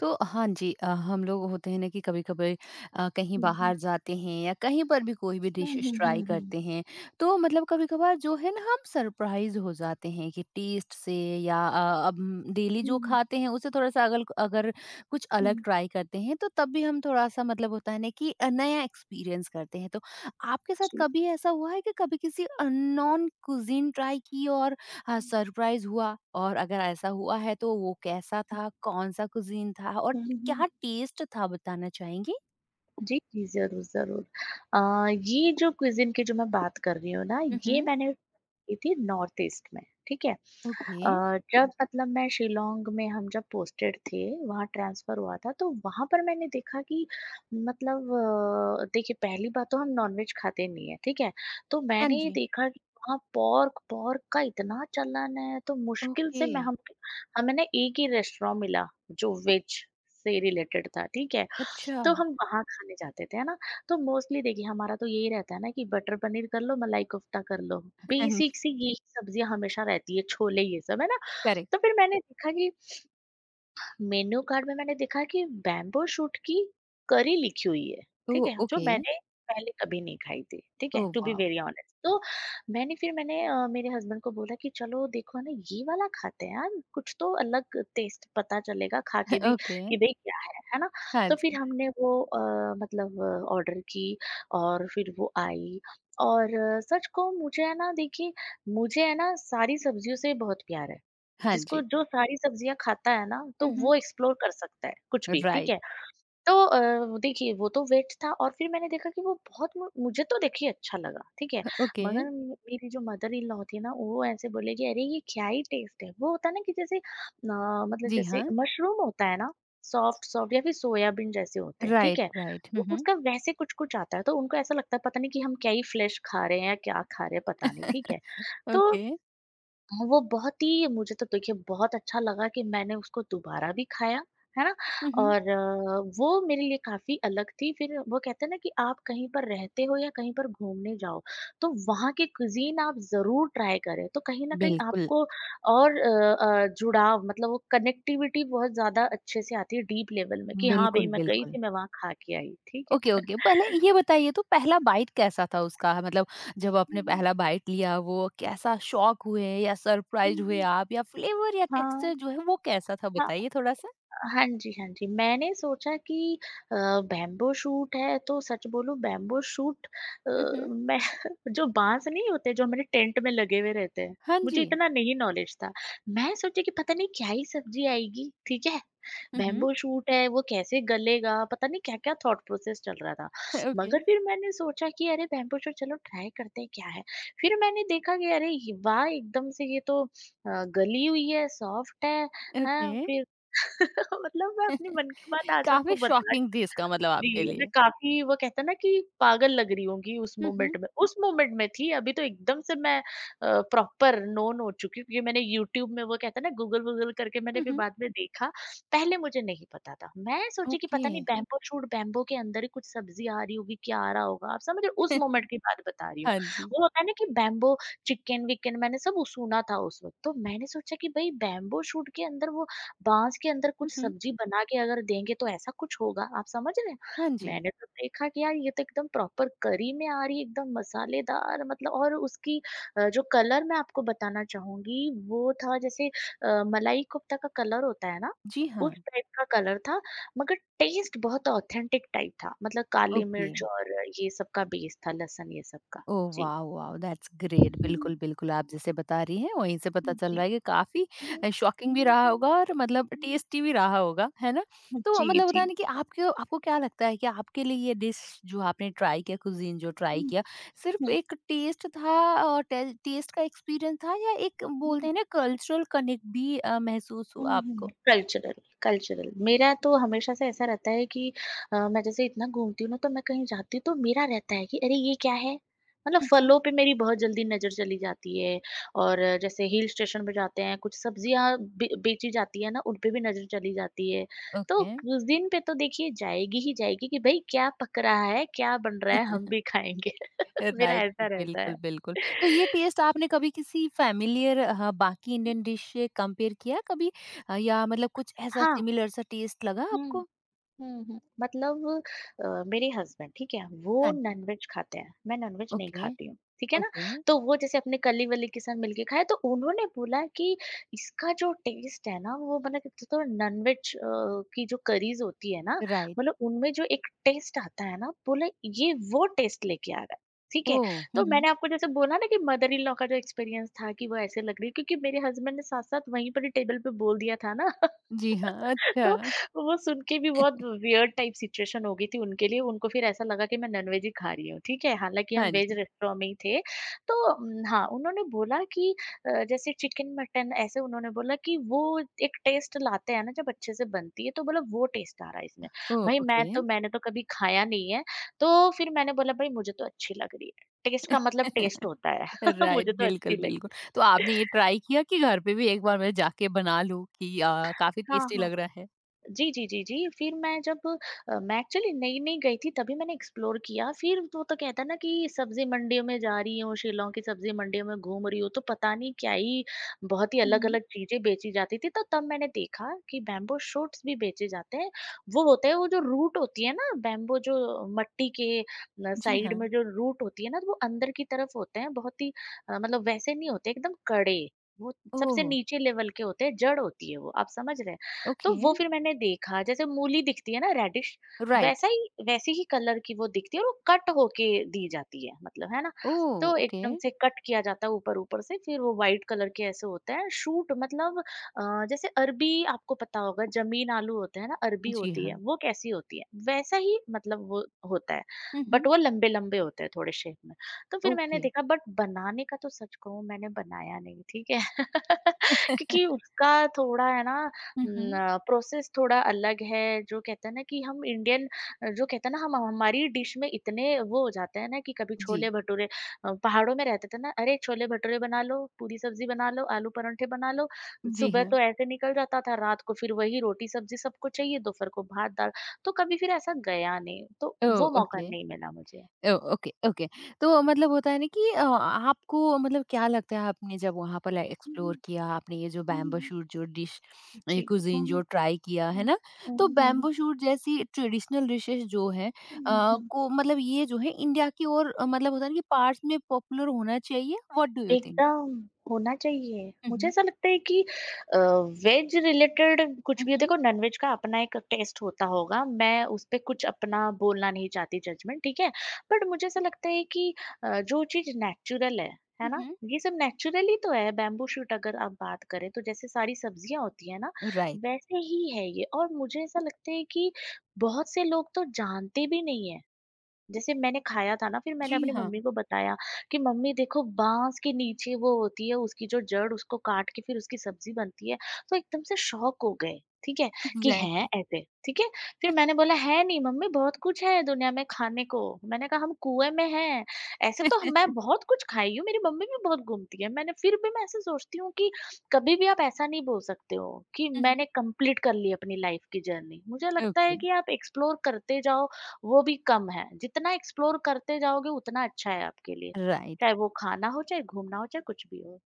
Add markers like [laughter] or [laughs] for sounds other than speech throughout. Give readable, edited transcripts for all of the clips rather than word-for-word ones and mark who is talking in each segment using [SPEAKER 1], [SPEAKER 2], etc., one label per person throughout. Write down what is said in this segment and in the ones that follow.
[SPEAKER 1] तो हाँ जी हम लोग होते हैं ना कि कभी कभी कहीं
[SPEAKER 2] हुँ, हुँ।
[SPEAKER 1] बाहर जाते हैं या कहीं पर भी कोई भी
[SPEAKER 2] हुँ,
[SPEAKER 1] डिशेस
[SPEAKER 2] हुँ,
[SPEAKER 1] ट्राई
[SPEAKER 2] हुँ, हुँ।
[SPEAKER 1] करते हैं। तो मतलब कभी कभार जो है ना हम सरप्राइज हो जाते हैं कि टेस्ट से या अब डेली
[SPEAKER 2] हुँ,
[SPEAKER 1] जो
[SPEAKER 2] हुँ।
[SPEAKER 1] खाते हैं उसे थोड़ा सा अगर अगर कुछ अलग ट्राई करते हैं तो तब भी हम थोड़ा सा मतलब होता है ना कि नया एक्सपीरियंस करते हैं। तो आपके साथ
[SPEAKER 2] जी।
[SPEAKER 1] कभी ऐसा हुआ है कि कभी किसी अननोन कुजीन ट्राई की और हाँ, सरप्राइज़ हुआ, और अगर ऐसा हुआ है तो वो कैसा था? कौन-सा कुज़ीन था और
[SPEAKER 2] हुँ,
[SPEAKER 1] क्या
[SPEAKER 2] हुँ।
[SPEAKER 1] टेस्ट था, बताना चाहेंगी?
[SPEAKER 2] जी, जी, ज़रूर, ज़रूर। ये जो क्विज़िन की जो मैं बात कर रही हूँ ना,
[SPEAKER 1] हुँ,
[SPEAKER 2] ये
[SPEAKER 1] हुँ।
[SPEAKER 2] मैंने की थी नॉर्थ ईस्ट में, ठीक है?
[SPEAKER 1] ओके।
[SPEAKER 2] अ, जब मतलब मैं शिलांग में हम जब पोस्टेड थे, वहाँ ट्रांसफ़र हुआ था, तो वहाँ पर मैंने देखा कि मतलब देखिए पहली बात तो हम नॉनवेज खाते नहीं हैं, ठीक है? तो
[SPEAKER 1] हाँ
[SPEAKER 2] मैंने ये
[SPEAKER 1] जी।
[SPEAKER 2] देखा कि वहाँ पोर्क पोर्क का इतना चलन है, तो मुश्किल
[SPEAKER 1] ओके,
[SPEAKER 2] से मैं हम हमें ना एक ही रेस्टोरेंट मिला, जो वेज से रिलेटेड था, ठीक है?
[SPEAKER 1] अच्छा।
[SPEAKER 2] तो हम वहाँ खाने जाते थे, है ना? तो मोस्टली देखिए हमारा तो यही रहता है ना कि बटर पनीर कर लो, मलाई कोफ्ता कर लो,
[SPEAKER 1] हाँ जी,
[SPEAKER 2] बेसिक सी यही सब्जियाँ हमेशा रहती है, छोले ये सब, है ना?
[SPEAKER 1] करेक्ट।
[SPEAKER 2] तो फिर मैंने देखा कि मेनू कार्ड में मैंने देखा कि बैम्बू शूट की करी लिखी हुई है,
[SPEAKER 1] ओह!
[SPEAKER 2] ठीक है? जो
[SPEAKER 1] ओके।
[SPEAKER 2] मैंने पहले कभी नहीं खाई थी, ठीक है?
[SPEAKER 1] Oh
[SPEAKER 2] to be
[SPEAKER 1] wow!
[SPEAKER 2] Very honest तो मैंने फिर मैंने मेरे हस्बैंड को बोला कि चलो देखो ना ये वाला खाते हैं यार, कुछ तो अलग टेस्ट पता चलेगा खा के
[SPEAKER 1] [laughs]
[SPEAKER 2] भी
[SPEAKER 1] ओके,
[SPEAKER 2] कि भई क्या है ना?
[SPEAKER 1] हाँ
[SPEAKER 2] तो फिर
[SPEAKER 1] जी,
[SPEAKER 2] हमने वो मतलब ऑर्डर की और फिर वो आई और सच कहूँ मुझे है ना देखिए, मुझे है ना सारी सब्जियों से बहुत प्यार है।
[SPEAKER 1] हाँ
[SPEAKER 2] जिसको
[SPEAKER 1] जी।
[SPEAKER 2] जो सारी सब्जियाँ खाता है ना तो
[SPEAKER 1] हुँ, हुँ।
[SPEAKER 2] वो एक्सप्लोर कर सकता है कुछ भी, ठीक
[SPEAKER 1] राइट,
[SPEAKER 2] है। तो देखिए वो तो वेट था और फिर मैंने देखा कि वो बहुत मु मुझे तो देखिए अच्छा लगा, ठीक है।
[SPEAKER 1] ओके।
[SPEAKER 2] मगर मेरी जो मदर इन लॉ थी ना वो ऐसे बोले कि अरे ये क्या ही टेस्ट है। वो होता है ना कि जैसे मतलब
[SPEAKER 1] जी
[SPEAKER 2] जैसे
[SPEAKER 1] हाँ,
[SPEAKER 2] मशरूम होता है ना सॉफ्ट सॉफ्ट या फिर सोयाबीन जैसे होते हैं, ठीक
[SPEAKER 1] राइट,
[SPEAKER 2] है।
[SPEAKER 1] राइट। हुँ,
[SPEAKER 2] तो
[SPEAKER 1] हुँ।
[SPEAKER 2] उसका वैसे कुछ-कुछ आता है तो उनको ऐसा लगता है पता नहीं कि हम क्या ही फ्लेश खा रहे हैं या क्या खा रहे हैं पता नहीं, ठीक
[SPEAKER 1] [laughs]
[SPEAKER 2] है। तो
[SPEAKER 1] ओके।
[SPEAKER 2] हाँ, वो बहुत ही मुझे तो देखिए बहुत अच्छा लगा कि मैंने उसको दोबारा भी खाया, है ना?
[SPEAKER 1] हुँ, हुँ।
[SPEAKER 2] और वो मेरे लिए काफ़ी अलग थी, फिर वो कहते हैं ना कि आप कहीं पर रहते हो या कहीं पर घूमने जाओ, तो वहाँ की क्विज़ीन आप ज़रूर ट्राई करें, तो कहीं न कहीं
[SPEAKER 1] बिल्कुल,
[SPEAKER 2] आपको और जुड़ाव मतलब वो कनेक्टिविटी बहुत ज़्यादा अच्छे से आती है डीप लेवल में कि हाँ, भई
[SPEAKER 1] बिल्कुल,
[SPEAKER 2] मैं गई
[SPEAKER 1] बिल्कुल।
[SPEAKER 2] थी, मैं वहाँ खा के आई, ठीक है?
[SPEAKER 1] Okay, okay. पहले
[SPEAKER 2] [laughs]
[SPEAKER 1] ये बताइए तो पहला बाइट कैसा था उसका? मतलब जब
[SPEAKER 2] हुँ,
[SPEAKER 1] आपने
[SPEAKER 2] हुँ।
[SPEAKER 1] पहला बाइट लिया, वो कैसा शॉक हुए या सरप्राइज़्ड
[SPEAKER 2] हुँ,
[SPEAKER 1] हुए
[SPEAKER 2] हुँ।
[SPEAKER 1] आप, या फ्लेवर या टेक्सचर
[SPEAKER 2] हाँ,
[SPEAKER 1] जो है वो कैसा था,
[SPEAKER 2] हाँ।
[SPEAKER 1] बताइए थोड़ा-सा?
[SPEAKER 2] हाँ जी, हाँ जी। मैंने सोचा कि अ, बैम्बू शूट है तो सच बोलूँ बैम्बू शूट
[SPEAKER 1] हुँ, हुँ।
[SPEAKER 2] मैं [laughs] जो बाँस नहीं होते जो हमारे टेंट में लगे हुए रहते हैं,
[SPEAKER 1] हाँ
[SPEAKER 2] मुझे
[SPEAKER 1] जी।
[SPEAKER 2] इतना नहीं नॉलेज था। मैं सोची कि पता नहीं क्या ही सब्ज़ी आएगी, ठीक है?
[SPEAKER 1] हुँ, हुँ।
[SPEAKER 2] बैम्बू शूट है, वो कैसे गलेगा, पता नहीं क्या-क्या थॉट प्रोसेस चल रहा था।
[SPEAKER 1] [laughs] ओके,
[SPEAKER 2] मगर फिर मैंने सोचा कि अरे बैम्बू शूट चलो ट्राई करते हैं क्या है। फिर मैंने देखा कि अरे वाह! एकदम से ये तो गली हुई है, सॉफ्ट है,
[SPEAKER 1] ओके।
[SPEAKER 2] हाँ, फिर [laughs] मतलब मैं अपने मन की बात आज आपको
[SPEAKER 1] काफ़ी
[SPEAKER 2] बता रही
[SPEAKER 1] शॉकिंग
[SPEAKER 2] हूँ
[SPEAKER 1] थी इसका मतलब आपके
[SPEAKER 2] जी, मैं
[SPEAKER 1] लिए।
[SPEAKER 2] काफ़ी वो कहते हैं ना कि पागल लग रही होंगी
[SPEAKER 1] हुँ, हुँ।
[SPEAKER 2] उस मोमेंट में थी, अभी तो एकदम से मैं प्रॉपर नोन हो चुकी हूँ क्योंकि मैंने यूट्यूब में वो कहते हैं ना गूगल-वूगल करके मैंने
[SPEAKER 1] हुँ,
[SPEAKER 2] फिर
[SPEAKER 1] हुँ।
[SPEAKER 2] बाद में देखा, पहले मुझे नहीं पता था। मैं सोची कि
[SPEAKER 1] ओके।
[SPEAKER 2] पता नहीं बैम्बू शूट बैम्बू के अंदर ही कुछ सब्ज़ी आ रही होगी, क्या आ रहा होगा, आप समझ रहे हो? उस
[SPEAKER 1] [laughs]
[SPEAKER 2] मोमेंट की बात बता रही हूँ।
[SPEAKER 1] हाँ जी।
[SPEAKER 2] वो होता है ना कि बैम्बू चिकन-विकन मैंने सब वो सुना था उस वक़्त, तो मैंने सोचा कि भई बैम्बू शूट के अंदर वो बाँस के अंदर
[SPEAKER 1] हुँ,
[SPEAKER 2] कुछ
[SPEAKER 1] हुँ।
[SPEAKER 2] सब्ज़ी बना के अगर देंगे तो ऐसा कुछ होगा, आप समझ रहे हैं?
[SPEAKER 1] हाँ जी।
[SPEAKER 2] मैंने तो देखा कि यार ये तो एकदम प्रॉपर करी में आ रही है, एकदम मसालेदार मतलब और उसकी जो कलर मैं आपको बताना चाहूँगी, वो था जैसे मलाई कोफ्ता का कलर होता है ना,
[SPEAKER 1] जी हाँ।
[SPEAKER 2] उस टाइप का कलर था, मगर टेस्ट बहुत ऑथेंटिक टाइप था। मतलब काली
[SPEAKER 1] ओके।
[SPEAKER 2] मिर्च और ये सब का बेस था, लहसुन ये सब का।
[SPEAKER 1] ओह
[SPEAKER 2] जी।
[SPEAKER 1] वाह! वाह! That's
[SPEAKER 2] [laughs]
[SPEAKER 1] great. बिल्कुल,
[SPEAKER 2] हुँ,
[SPEAKER 1] बिल्कुल, आप जैसे बता रही हैं वहीं से पता
[SPEAKER 2] हुँ।
[SPEAKER 1] चल
[SPEAKER 2] जी।
[SPEAKER 1] रहा है कि काफ़ी
[SPEAKER 2] हम्म,
[SPEAKER 1] शॉकिंग भी
[SPEAKER 2] हम्म,
[SPEAKER 1] रहा
[SPEAKER 2] हम्म,
[SPEAKER 1] होगा और मतलब टेस्टी भी रहा होगा, है ना? तो
[SPEAKER 2] जी,
[SPEAKER 1] मतलब
[SPEAKER 2] [laughs]
[SPEAKER 1] होता है
[SPEAKER 2] जी।
[SPEAKER 1] ना कि आपके आपको क्या लगता है कि आपके लिए ये डिश जो आपने ट्राई किया, कुज़ीन जो ट्राई
[SPEAKER 2] हुँ,
[SPEAKER 1] किया, सिर्फ़ एक टेस्ट था और टे टेस्ट का एक्सपीरियंस था, या एक बोलते
[SPEAKER 2] हुँ।
[SPEAKER 1] हैं ना कल्चरल कनेक्ट भी महसूस
[SPEAKER 2] हुँ,
[SPEAKER 1] हुआ
[SPEAKER 2] हुँ।
[SPEAKER 1] आपको?
[SPEAKER 2] Cultural, cultural. मेरा तो हमेशा से ऐसा रहता है कि मैं जैसे इतना घूमती हूँ ना तो मैं कहीं जाती हूँ तो मेरा रहता है कि अरे ये क्या है? मतलब
[SPEAKER 1] हुँ, हुँ।
[SPEAKER 2] फलों पे मेरी बहुत जल्दी नज़र चली जाती है और जैसे हिल स्टेशन पे जाते हैं कुछ सब्जियाँ बे बेची जाती है ना उन पे भी नज़र चली जाती है। तो
[SPEAKER 1] ओके।
[SPEAKER 2] उस दिन पे तो देखिए जाएगी ही जाएगी कि भई क्या पक रहा है, क्या बन रहा है हम
[SPEAKER 1] [laughs]
[SPEAKER 2] भी खाएँगे। [laughs] मेरा
[SPEAKER 1] राइट,
[SPEAKER 2] ऐसा रहता
[SPEAKER 1] बिल्कुल,
[SPEAKER 2] है।
[SPEAKER 1] बिल्कुल। तो ये
[SPEAKER 2] [laughs]
[SPEAKER 1] टेस्ट आपने कभी किसी फ़ैमिलियर बाकी इंडियन डिश से कंपेयर किया कभी? या मतलब कुछ ऐसा
[SPEAKER 2] हाँ।
[SPEAKER 1] सिमिलर सा टेस्ट लगा
[SPEAKER 2] हुँ।
[SPEAKER 1] आपको?
[SPEAKER 2] हुँ, हुँ। मतलब मेरे हस्बैंड ठीक है, वो
[SPEAKER 1] हाँ जी।
[SPEAKER 2] नॉनवेज खाते हैं, मैं नॉनवेज नहीं
[SPEAKER 1] ओके,
[SPEAKER 2] खाती हूँ, ठीक है ना?
[SPEAKER 1] ओके,
[SPEAKER 2] तो वो जैसे अपने कलीग-वलीग के साथ मिलके खाए तो उन्होंने बोला कि इसका जो टेस्ट है ना वो मतलब एक तो नॉनवेज की जो करीज़ होती है ना,
[SPEAKER 1] राइट।
[SPEAKER 2] मतलब उनमें जो एक टेस्ट आता है ना, बोले ये वो टेस्ट लेके आ रहा है, ठीक है?
[SPEAKER 1] ओह! हुँ,
[SPEAKER 2] तो मैंने
[SPEAKER 1] हुँ।
[SPEAKER 2] आपको जैसे बोला ना कि मदर इन लॉ का जो एक्सपीरियंस था कि वो ऐसे लग रही है क्योंकि मेरे हस्बैंड ने साथ-साथ वहीं पर ही टेबल पे बोल दिया था ना।
[SPEAKER 1] जी
[SPEAKER 2] [laughs]
[SPEAKER 1] हाँ,
[SPEAKER 2] तो
[SPEAKER 1] अच्छा।
[SPEAKER 2] वो सुन के भी बहुत वियर्ड टाइप सिचुएशन हो गई थी उनके लिए। उनको फिर ऐसा लगा कि मैं नॉनवेज ही खा रही हूँ, ठीक है? हालाँकि हम
[SPEAKER 1] हाँ
[SPEAKER 2] वेज
[SPEAKER 1] जी।
[SPEAKER 2] रेस्टोरेंट में ही थे। तो हाँ, उन्होंने बोला कि जैसे चिकन, मटन ऐसे उन्होंने बोला कि वो एक टेस्ट लाते हैं ना जब अच्छे से बनती है, तो बोला वो टेस्ट आ रहा है इसमें।
[SPEAKER 1] ओह!
[SPEAKER 2] भई मैं
[SPEAKER 1] ओके।
[SPEAKER 2] तो मैंने तो कभी खाया नहीं है, तो फिर मैंने बोला भई मुझे तो अच्छी लग रही है। टेस्ट का मतलब टेस्ट
[SPEAKER 1] [laughs]
[SPEAKER 2] होता है। [laughs]
[SPEAKER 1] राइट,
[SPEAKER 2] मुझे तो
[SPEAKER 1] बिल्कुल,
[SPEAKER 2] अच्छी
[SPEAKER 1] बिल्कुल।
[SPEAKER 2] लगी।
[SPEAKER 1] तो आपने ये ट्राई किया कि घर पे भी एक बार मैं जाके बना लूँ कि काफ़ी
[SPEAKER 2] हाँ,
[SPEAKER 1] टेस्टी
[SPEAKER 2] हाँ।
[SPEAKER 1] लग रहा है?
[SPEAKER 2] जी, जी, जी, जी। फिर मैं जब अ, मैं एक्चुअली नई-नई गई थी तभी मैंने एक्सप्लोर किया। फिर वो तो कहते हैं ना कि सब्ज़ी मंडियों में जा रही हूँ, शिलाँग की सब्ज़ी मंडियों में घूम रही हूँ, तो पता नहीं क्या ही बहुत ही
[SPEAKER 1] हुँ, हुँ।
[SPEAKER 2] अलग-अलग चीज़ें बेची जाती थी। तो तब मैंने देखा कि बैम्बू शूट्स भी बेचे जाते हैं। वो होते हैं वो जो रूट होती है ना बैम्बू जो मट्टी के न
[SPEAKER 1] जी
[SPEAKER 2] साइड में
[SPEAKER 1] हाँ।
[SPEAKER 2] जो रूट होती है ना तो वो अंदर की तरफ होते हैं। बहुत ही मतलब वैसे नहीं होते एकदम कड़े। वो
[SPEAKER 1] ओह!
[SPEAKER 2] सबसे नीचे लेवल के होते हैं, जड़ होती है वो, आप समझ रहे हैं? तो
[SPEAKER 1] ओके,
[SPEAKER 2] वो फिर मैंने देखा जैसे मूली दिखती है ना रेडिश
[SPEAKER 1] राइट।
[SPEAKER 2] वैसा ही वैसी ही कलर की वो दिखती है और वो कट होके दी जाती है मतलब है ना
[SPEAKER 1] ओह!
[SPEAKER 2] तो
[SPEAKER 1] ओके।
[SPEAKER 2] एकदम से कट किया जाता है ऊपर ऊपर से फिर वो व्हाइट कलर के ऐसे होते हैं शूट मतलब जैसे अरबी आपको पता होगा जमीन आलू होते हैं ना अरबी
[SPEAKER 1] जी
[SPEAKER 2] होती है
[SPEAKER 1] हाँ।
[SPEAKER 2] वो कैसी होती है वैसा ही मतलब वो होता है
[SPEAKER 1] हुँ, हुँ।
[SPEAKER 2] बट वो लंबे लंबे होते हैं थोड़े शेप में तो फिर मैंने
[SPEAKER 1] ओके।
[SPEAKER 2] देखा बट बनाने का तो सच कहूँ मैंने बनाया नहीं ठीक है [laughs] क्योंकि उसका थोड़ा है ना
[SPEAKER 1] हुँ, हुँ।
[SPEAKER 2] प्रोसेस थोड़ा अलग है जो कहते हैं ना कि हम इंडियन जो कहते हैं ना हम हमारी डिश में इतने वो हो जाते हैं ना कि कभी
[SPEAKER 1] जी।
[SPEAKER 2] छोले भटूरे पहाड़ों में रहते थे ना अरे छोले भटूरे बना लो पूरी सब्जी बना लो आलू परांठे बना लो
[SPEAKER 1] जी
[SPEAKER 2] सुबह
[SPEAKER 1] हाँ।
[SPEAKER 2] तो ऐसे निकल जाता था रात को फिर वही रोटी सब्जी सबको चाहिए दोपहर को भात दाल तो कभी फिर ऐसा गया नहीं तो
[SPEAKER 1] ओह!
[SPEAKER 2] वो मौका
[SPEAKER 1] ओके।
[SPEAKER 2] नहीं मिला मुझे।
[SPEAKER 1] ओह! Okay, okay. तो मतलब होता है ना कि आपको मतलब क्या लगता है, आपने जब वहाँ पर लाइक
[SPEAKER 2] हम्म,
[SPEAKER 1] एक्सप्लोर किया, आपने ये जो
[SPEAKER 2] हम्म,
[SPEAKER 1] बैम्बू
[SPEAKER 2] हम्म,
[SPEAKER 1] शूट जो डिश, ये
[SPEAKER 2] जी। हम्म,
[SPEAKER 1] कुज़ीन जो
[SPEAKER 2] हम्म,
[SPEAKER 1] ट्राई किया, है ना? तो
[SPEAKER 2] हम्म, हम्म,
[SPEAKER 1] बैम्बू शूट जैसी ट्रेडिशनल डिशेज़ जो हैं
[SPEAKER 2] हम्म।
[SPEAKER 1] को मतलब ये जो है इंडिया की और मतलब होता है ना कि पार्ट्स में पॉपुलर होना चाहिए, व्हाट डू यू थिंक?
[SPEAKER 2] एकदम होना चाहिए।
[SPEAKER 1] हुँ,
[SPEAKER 2] मुझे
[SPEAKER 1] हुँ।
[SPEAKER 2] ऐसा लगता है कि अ, वेज रिलेटेड कुछ
[SPEAKER 1] हुँ,
[SPEAKER 2] भी हो
[SPEAKER 1] हुँ।
[SPEAKER 2] देखो नॉनवेज का अपना एक टेस्ट होता होगा। मैं उस पे कुछ अपना बोलना नहीं चाहती जजमेंट ठीक है। बट मुझे ऐसा लगता है कि जो चीज़ नेचुरल है
[SPEAKER 1] हुँ,
[SPEAKER 2] ना?
[SPEAKER 1] हुँ।
[SPEAKER 2] ये सब नेचुरल ही तो है बैम्बू शूट अगर आप बात करें तो जैसे सारी सब्जियाँ होती हैं ना,
[SPEAKER 1] राइट।
[SPEAKER 2] वैसे ही है ये और मुझे ऐसा लगता है कि बहुत से लोग तो जानते भी नहीं है। जैसे मैंने खाया था ना फिर मैंने
[SPEAKER 1] जी
[SPEAKER 2] अपनी
[SPEAKER 1] हाँ।
[SPEAKER 2] मम्मी को बताया कि मम्मी देखो बाँस के नीचे वो होती है उसकी जो जड़ उसको काट के फिर उसकी सब्जी बनती है, तो एकदम से शॉक हो गए, ठीक है? कि हैं
[SPEAKER 1] एग्ज़ैक्टली।
[SPEAKER 2] ऐसे, ठीक है? फिर मैंने बोला है नहीं मम्मी बहुत कुछ है दुनिया में खाने को। मैंने कहा हम कुएँ में हैं, ऐसे तो मैं बहुत कुछ खाई हूँ, मेरी मम्मी भी बहुत घूमती है। मैंने फिर भी मैं ऐसे सोचती हूँ कि कभी भी आप ऐसा नहीं बोल सकते हो कि
[SPEAKER 1] हुँ, हुँ।
[SPEAKER 2] मैंने कंप्लीट कर ली अपनी लाइफ की जर्नी। मुझे
[SPEAKER 1] [laughs]
[SPEAKER 2] लगता
[SPEAKER 1] ओके।
[SPEAKER 2] है कि आप एक्सप्लोर करते जाओ वो भी कम है। जितना एक्सप्लोर करते जाओगे उतना अच्छा है आपके लिए।
[SPEAKER 1] राइट।
[SPEAKER 2] चाहे वो खाना हो, चाहे घूमना हो, चाहे कुछ भी हो।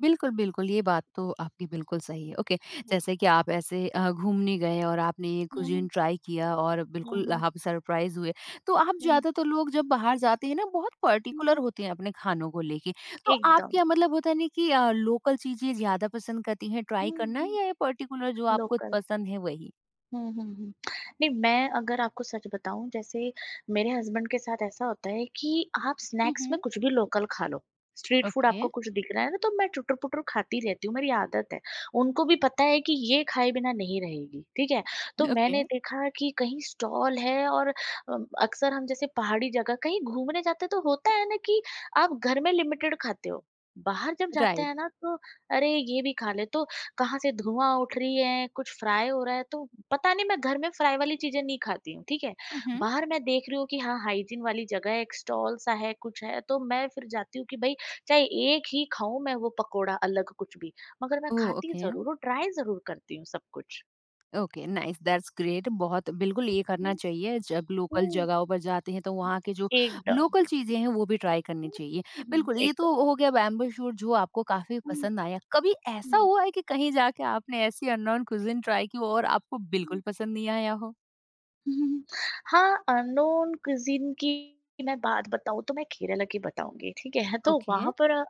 [SPEAKER 1] बिल्कुल, बिल्कुल, ये बात तो आपकी बिल्कुल सही है। ओके,
[SPEAKER 2] हुँ।
[SPEAKER 1] जैसे कि आप ऐसे घूमने गए और आपने ये
[SPEAKER 2] हुँ,
[SPEAKER 1] कुज़ीन
[SPEAKER 2] हुँ।
[SPEAKER 1] ट्राई किया और
[SPEAKER 2] हुँ,
[SPEAKER 1] बिल्कुल
[SPEAKER 2] हुँ।
[SPEAKER 1] आप सरप्राइज़ हुए। तो आप
[SPEAKER 2] हुँ।
[SPEAKER 1] ज़्यादातर लोग जब बाहर जाते हैं ना, बहुत
[SPEAKER 2] हुँ,
[SPEAKER 1] पर्टिकुलर
[SPEAKER 2] हुँ।
[SPEAKER 1] होते हैं अपने खानों को लेके। तो आप
[SPEAKER 2] एकदम।
[SPEAKER 1] क्या मतलब होता है ना कि लोकल चीज़ें ज़्यादा पसंद करती हैं ट्राई
[SPEAKER 2] हुँ,
[SPEAKER 1] करना,
[SPEAKER 2] हुँ।
[SPEAKER 1] या ये पर्टिकुलर जो आपको
[SPEAKER 2] लोकल।
[SPEAKER 1] पसंद है वही?
[SPEAKER 2] हुँ, हुँ, हुँ। नहीं, मैं अगर आपको सच बताऊँ जैसे मेरे हस्बैंड के साथ ऐसा होता है कि आप
[SPEAKER 1] हुँ,
[SPEAKER 2] स्नैक्स में
[SPEAKER 1] हुँ।
[SPEAKER 2] कुछ भी लोकल खा लो। स्ट्रीट फूड
[SPEAKER 1] ओके,
[SPEAKER 2] आपको कुछ दिख रहा है ना तो मैं टुटर-पुटर खाती रहती हूँ, मेरी आदत है। उनको भी पता है कि ये खाए बिना नहीं रहेगी, ठीक है? तो
[SPEAKER 1] ओके,
[SPEAKER 2] मैंने देखा कि कहीं स्टॉल है, और अक्सर हम जैसे पहाड़ी जगह कहीं घूमने जाते हैं तो होता है ना कि आप घर में लिमिटेड खाते हो। बाहर जब जाते
[SPEAKER 1] राइट।
[SPEAKER 2] हैं ना तो अरे ये भी खा ले, तो कहाँ से धुआँ उठ रही है, कुछ फ्राई हो रहा है, तो पता नहीं मैं घर में फ्राई वाली चीज़ें नहीं खाती हूँ, ठीक है।
[SPEAKER 1] हुँ, हुँ।
[SPEAKER 2] बाहर मैं देख रही हूँ कि हाँ, हाइजीन वाली जगह है, एक स्टॉल सा है, कुछ है, तो मैं फिर जाती हूँ कि भई चाहे एक ही खाऊँ मैं, वो पकोड़ा अलग कुछ भी, मगर मैं
[SPEAKER 1] ओह!
[SPEAKER 2] खाती
[SPEAKER 1] ओके।
[SPEAKER 2] ज़रूर हूँ, ट्राई ज़रूर करती हूँ सब कुछ।
[SPEAKER 1] Okay, nice, that's great. बहुत बिल्कुल ये करना
[SPEAKER 2] हुँ,
[SPEAKER 1] चाहिए, जब लोकल
[SPEAKER 2] हुँ,
[SPEAKER 1] जगहों पर जाते हैं तो वहाँ के जो
[SPEAKER 2] एकदम।
[SPEAKER 1] लोकल चीज़ें हैं वो भी ट्राई करनी
[SPEAKER 2] हुँ,
[SPEAKER 1] चाहिए।
[SPEAKER 2] हुँ,
[SPEAKER 1] बिल्कुल, ये
[SPEAKER 2] एकदम।
[SPEAKER 1] तो हो गया बैम्बू शूट जो आपको काफ़ी
[SPEAKER 2] हुँ,
[SPEAKER 1] पसंद आया। कभी ऐसा
[SPEAKER 2] हुँ,
[SPEAKER 1] हुआ है कि कहीं जाके आपने ऐसी अननोन कुजिन ट्राई की हो और आपको बिल्कुल
[SPEAKER 2] हुँ।
[SPEAKER 1] पसंद नहीं आया हो?
[SPEAKER 2] हुँ, हाँ, अननोन कुज़ीन की मैं बात बताऊँ तो मैं केरला की बताऊँगी, ठीक है? तो
[SPEAKER 1] ओके।
[SPEAKER 2] वहाँ पर अ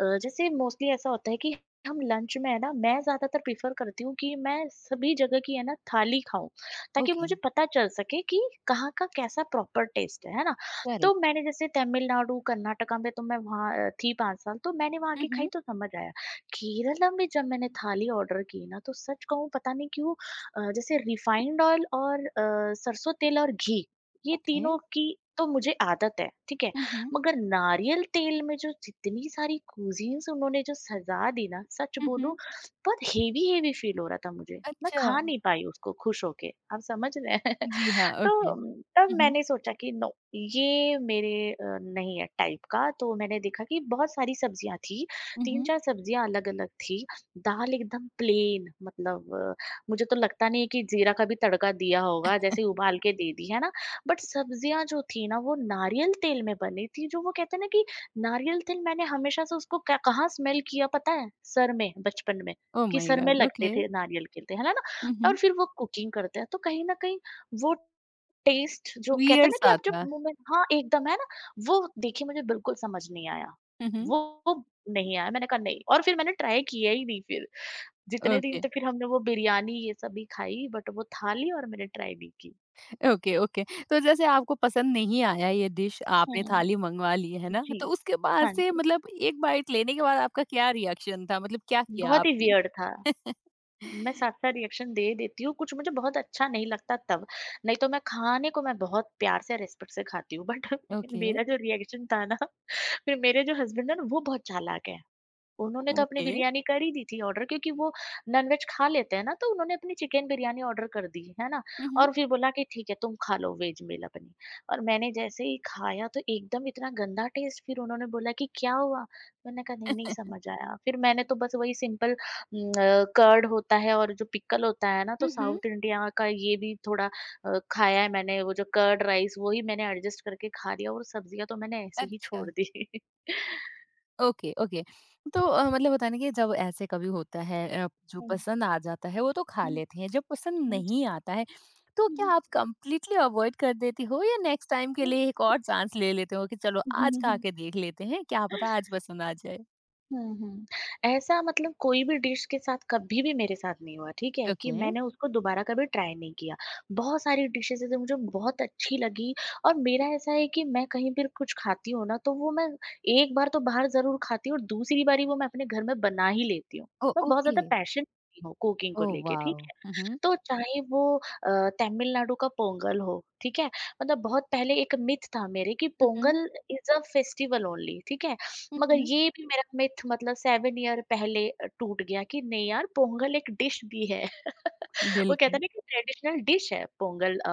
[SPEAKER 2] अ, जैसे मोस्टली ऐसा होता है कि हम लंच में है ना, मैं ज़्यादातर प्रेफ़र करती हूँ कि मैं सभी जगह की है ना थाली खाऊँ, ताकि
[SPEAKER 1] ओके,
[SPEAKER 2] मुझे पता चल सके कि कहाँ का कैसा प्रॉपर टेस्ट है ना? तो
[SPEAKER 1] करेक्ट।
[SPEAKER 2] मैंने जैसे तमिलनाडु, कर्नाटका में तो मैं वहाँ थी 5 साल, तो मैंने वहाँ की
[SPEAKER 1] हम्म।
[SPEAKER 2] खाई तो समझ आया। केरला में जब मैंने थाली ऑर्डर की ना, तो सच कहूँ पता नहीं क्यों जैसे रिफाइंड ऑयल और सरसों तेल और घी, ये
[SPEAKER 1] ओके।
[SPEAKER 2] तीनों की तो मुझे आदत है, ठीक है।
[SPEAKER 1] हम्म।
[SPEAKER 2] मगर नारियल तेल में जो जितनी सारी कुजीन्स उन्होंने जो सजा दी ना, सच
[SPEAKER 1] हम्म।
[SPEAKER 2] बोलूं बहुत हेवी हेवी फील हो रहा था मुझे, मैं
[SPEAKER 1] अच्छा।
[SPEAKER 2] खा नहीं पाई उसको खुश होके, आप समझ रहे हैं।
[SPEAKER 1] जी हाँ,
[SPEAKER 2] तो
[SPEAKER 1] ओके।
[SPEAKER 2] तब
[SPEAKER 1] हम्म।
[SPEAKER 2] मैंने सोचा कि नो, ये मेरे नहीं है टाइप का। तो मैंने देखा कि बहुत सारी सब्जियां थी, तीन
[SPEAKER 1] हम्म।
[SPEAKER 2] चार सब्जियां अलग अलग थी। दाल एकदम प्लेन, मतलब मुझे तो लगता नहीं है कि जीरा का भी तड़का दिया होगा, जैसे उबाल के दे दी है ना। बट सब्जियां जो थी ना वो नारियल तेल में बनी थी, जो वो कहते हैं ना कि नारियल तेल मैंने हमेशा से उसको कहाँ स्मेल किया पता है, सर में बचपन में।
[SPEAKER 1] ओह
[SPEAKER 2] कि
[SPEAKER 1] माय
[SPEAKER 2] सर में
[SPEAKER 1] गॉड,
[SPEAKER 2] लगते
[SPEAKER 1] ओके।
[SPEAKER 2] थे नारियल के तेल, है ना?
[SPEAKER 1] हम्म।
[SPEAKER 2] और फिर वो कुकिंग करते हैं तो कहीं ना कहीं वो टेस्ट, जो कहते हैं
[SPEAKER 1] वियर्ड
[SPEAKER 2] ना कि
[SPEAKER 1] सा
[SPEAKER 2] आप जब
[SPEAKER 1] था।
[SPEAKER 2] मुँह में, हाँ, एकदम है ना, वो देखिए मुझे बिल्कुल समझ नहीं आया।
[SPEAKER 1] हम्म।
[SPEAKER 2] वो वो नहीं आया, मैंने कहा नहीं, और फिर मैंने ट्राई किया ही नहीं फिर। जितने दिन
[SPEAKER 1] ओके,
[SPEAKER 2] तक फिर हमने वो बिरयानी ये सब ही खाई, बट वो थाली और मैंने ट्राई नहीं की।
[SPEAKER 1] Okay, okay. तो जैसे आपको पसंद नहीं आया ये डिश, आपने
[SPEAKER 2] हुँ।
[SPEAKER 1] थाली मँगवा ली, है ना?
[SPEAKER 2] जी।
[SPEAKER 1] तो उसके बाद
[SPEAKER 2] हाँ
[SPEAKER 1] से,
[SPEAKER 2] जी।
[SPEAKER 1] मतलब एक बाइट लेने के बाद आपका क्या रिएक्शन था? मतलब क्या किया
[SPEAKER 2] बहुत ही
[SPEAKER 1] आपने?
[SPEAKER 2] वियर्ड था। मैं
[SPEAKER 1] [laughs]
[SPEAKER 2] साथ-साथ रिएक्शन दे देती हूँ, कुछ मुझे बहुत अच्छा नहीं लगता तब, नहीं तो मैं खाने को मैं बहुत प्यार से, रिस्पेक्ट से खाती हूँ, बट [laughs]
[SPEAKER 1] ओके,
[SPEAKER 2] मेरा जो रिएक्शन था ना, फिर मेरे जो हस्बैंड है ना, वो बहुत चालाक है। उन्होंने तो अपनी
[SPEAKER 1] ओके।
[SPEAKER 2] बिरयानी कर ही दी थी ऑर्डर, क्योंकि वो नॉनवेज खा लेते हैं ना, तो उन्होंने अपनी चिकन बिरयानी ऑर्डर कर दी, है ना?
[SPEAKER 1] हुँ, हुँ।
[SPEAKER 2] और फिर बोला कि ठीक है तुम खा लो वेज मील अपनी, और मैंने जैसे ही खाया तो एकदम इतना गंदा टेस्ट, फिर उन्होंने बोला कि क्या हुआ? मैंने कहा नहीं, नहीं समझ आया। फिर मैंने तो बस वही सिंपल कर्ड होता है और जो पिकल होता है ना, तो
[SPEAKER 1] हुँ, हुँ।
[SPEAKER 2] साउथ इंडिया का ये भी थोड़ा खाया है मैंने, वो जो कर्ड राइस वही मैंने एडजस्ट करके खा लिया, और सब्जियाँ तो मैंने ऐसे ही
[SPEAKER 1] अच्छा।
[SPEAKER 2] छोड़ दी। [laughs]
[SPEAKER 1] Okay, okay. तो मतलब होता है ना कि जब ऐसे कभी होता है, जो
[SPEAKER 2] हुँ।
[SPEAKER 1] पसंद आ जाता है वो तो खा
[SPEAKER 2] हुँ,
[SPEAKER 1] लेते हैं, जब पसंद
[SPEAKER 2] हुँ, हुँ।
[SPEAKER 1] नहीं आता है तो क्या
[SPEAKER 2] 嗯
[SPEAKER 1] आप कंप्लीटली अवॉइड कर देती हो, या नेक्स्ट टाइम के लिए एक और चांस ले लेते हो कि चलो आज खा
[SPEAKER 2] 嗯
[SPEAKER 1] के देख लेते हैं, क्या
[SPEAKER 2] [laughs]。
[SPEAKER 1] पता आज पसंद आ जाए?
[SPEAKER 2] हुँ, हुँ। ऐसा मतलब कोई भी डिश के साथ कभी भी मेरे साथ नहीं हुआ, ठीक है, कि
[SPEAKER 1] ओके।
[SPEAKER 2] मैंने उसको दोबारा कभी ट्राई नहीं किया। बहुत सारी डिशेज़ हैं जो मुझे बहुत अच्छी लगी, और मेरा ऐसा है कि मैं कहीं भी कुछ खाती हूँ ना, तो वो मैं एक बार तो बाहर ज़रूर खाती हूँ, और दूसरी बारी वो मैं अपने घर में बना ही लेती हूँ।
[SPEAKER 1] ओह!
[SPEAKER 2] मैं बहुत
[SPEAKER 1] ओके।
[SPEAKER 2] ज़्यादा पैशन रखती हूँ कुकिंग को
[SPEAKER 1] ओह
[SPEAKER 2] लेके, ठीक
[SPEAKER 1] वाव!
[SPEAKER 2] है।
[SPEAKER 1] हुँ, हुँ।
[SPEAKER 2] तो चाहे वो तमिलनाडु का पोंगल हो, ठीक है, मतलब बहुत पहले एक मिथ था मेरे कि
[SPEAKER 1] हुँ, हुँ।
[SPEAKER 2] Pongal is a festival only, ठीक है।
[SPEAKER 1] हुँ,
[SPEAKER 2] मगर
[SPEAKER 1] हुँ।
[SPEAKER 2] ये भी मेरा मिथ मतलब 7 ईयर पहले टूट गया, कि नहीं यार पोंगल एक डिश भी है। [laughs] वो कहते
[SPEAKER 1] बिल्कुल।
[SPEAKER 2] हैं ना कि ट्रेडिशनल डिश है पोंगल, अ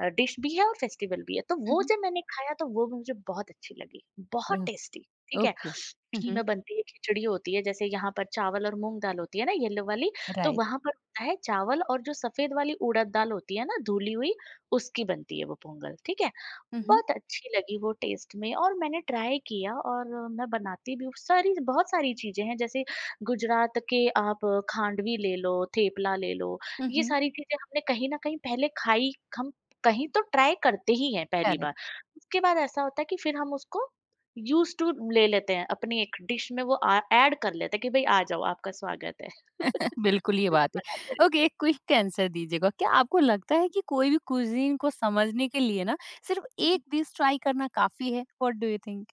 [SPEAKER 2] अ, डिश भी है और फेस्टिवल भी है। तो
[SPEAKER 1] हुँ,
[SPEAKER 2] वो
[SPEAKER 1] हुँ।
[SPEAKER 2] जब मैंने खाया तो वो मुझे बहुत अच्छी लगी, बहुत
[SPEAKER 1] ओह!
[SPEAKER 2] टेस्टी, ठीक है।
[SPEAKER 1] ओके। हुँ,
[SPEAKER 2] घी
[SPEAKER 1] हुँ।
[SPEAKER 2] में बनती है, खिचड़ी होती है, जैसे यहाँ पर चावल और मूँग दाल होती है ना येलो वाली, तो
[SPEAKER 1] राइट।
[SPEAKER 2] वहाँ पर होता है चावल और जो सफ़ेद वाली उड़द दाल होती है ना धुली हुई, उसकी बनती है वो पोंगल, ठीक है।
[SPEAKER 1] हुँ, हुँ।
[SPEAKER 2] बहुत अच्छी लगी वो टेस्ट में, और मैंने ट्राई किया, और मैं बनाती भी हूँ। सारी बहुत सारी चीज़ें हैं जैसे गुजरात के आप खांडवी ले लो, थेपला ले लो,
[SPEAKER 1] हुँ,
[SPEAKER 2] ये
[SPEAKER 1] हुँ।
[SPEAKER 2] सारी चीज़ें हमने कहीं न कहीं पहले खाई, हम कहीं तो ट्राई करते ही हैं पहली
[SPEAKER 1] करेक्ट।
[SPEAKER 2] बार। उसके बाद ऐसा होता है कि फिर हम उसको यूज़्ड टू ले लेते हैं, अपनी एक डिश में वो ऐड कर लेते हैं कि भई आ जाओ, आपका स्वागत है।
[SPEAKER 1] [laughs]
[SPEAKER 2] [laughs] फिर
[SPEAKER 1] बिल्कुल, ये
[SPEAKER 2] वो
[SPEAKER 1] बात है।
[SPEAKER 2] बनाते
[SPEAKER 1] ओके,
[SPEAKER 2] रहते
[SPEAKER 1] एक क्विक आंसर दीजिएगा। क्या आपको लगता है कि कोई भी कुज़ीन को समझने के लिए ना सिर्फ़ एक
[SPEAKER 2] हैं।
[SPEAKER 1] डिश ट्राई करना काफ़ी है? What do you think?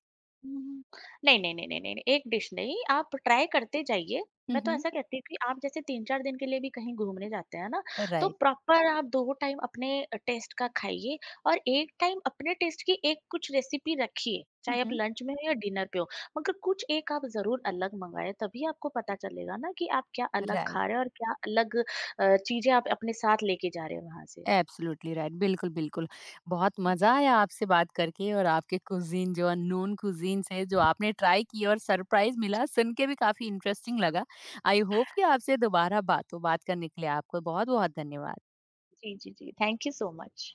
[SPEAKER 2] हुँ। नहीं, नहीं, नहीं, नहीं, नहीं, नहीं, एक डिश नहीं, आप ट्राई करते जाइए।
[SPEAKER 1] हुँ,
[SPEAKER 2] मैं तो
[SPEAKER 1] हुँ।
[SPEAKER 2] ऐसा कहती हूँ कि आप जैसे 3-4 दिन के लिए भी कहीं घूमने जाते हैं ना, तो
[SPEAKER 1] राइट।
[SPEAKER 2] प्रॉपर आप 2 टाइम अपने टेस्ट का खाइए, और एक टाइम अपने टेस्ट की एक कुछ रेसिपी रखिए,
[SPEAKER 1] हुँ,
[SPEAKER 2] चाहे आप
[SPEAKER 1] हुँ।
[SPEAKER 2] लंच में हो या डिनर पे हो, मगर कुछ एक आप ज़रूर अलग मँगाएँ, तभी आपको पता चलेगा ना कि आप क्या अलग
[SPEAKER 1] राइट।
[SPEAKER 2] खा रहे हो और क्या अलग चीज़ें आप अपने साथ लेके जा रहे हो वहाँ से।
[SPEAKER 1] एब्सोल्युटली राइट, बिल्कुल, बिल्कुल। बहुत मज़ा आया आपसे बात करके, और आपके कुज़ीन जो अननोन कुज़ीन्स हैं जो आपने ट्राई किए और सरप्राइज़ मिला, सुन के भी काफ़ी इंटरेस्टिंग लगा। आई होप कि आपसे दोबारा बात हो। बात करने के लिए आपको बहुत-बहुत धन्यवाद।
[SPEAKER 2] जी, जी, जी, थैंक यू सो मच।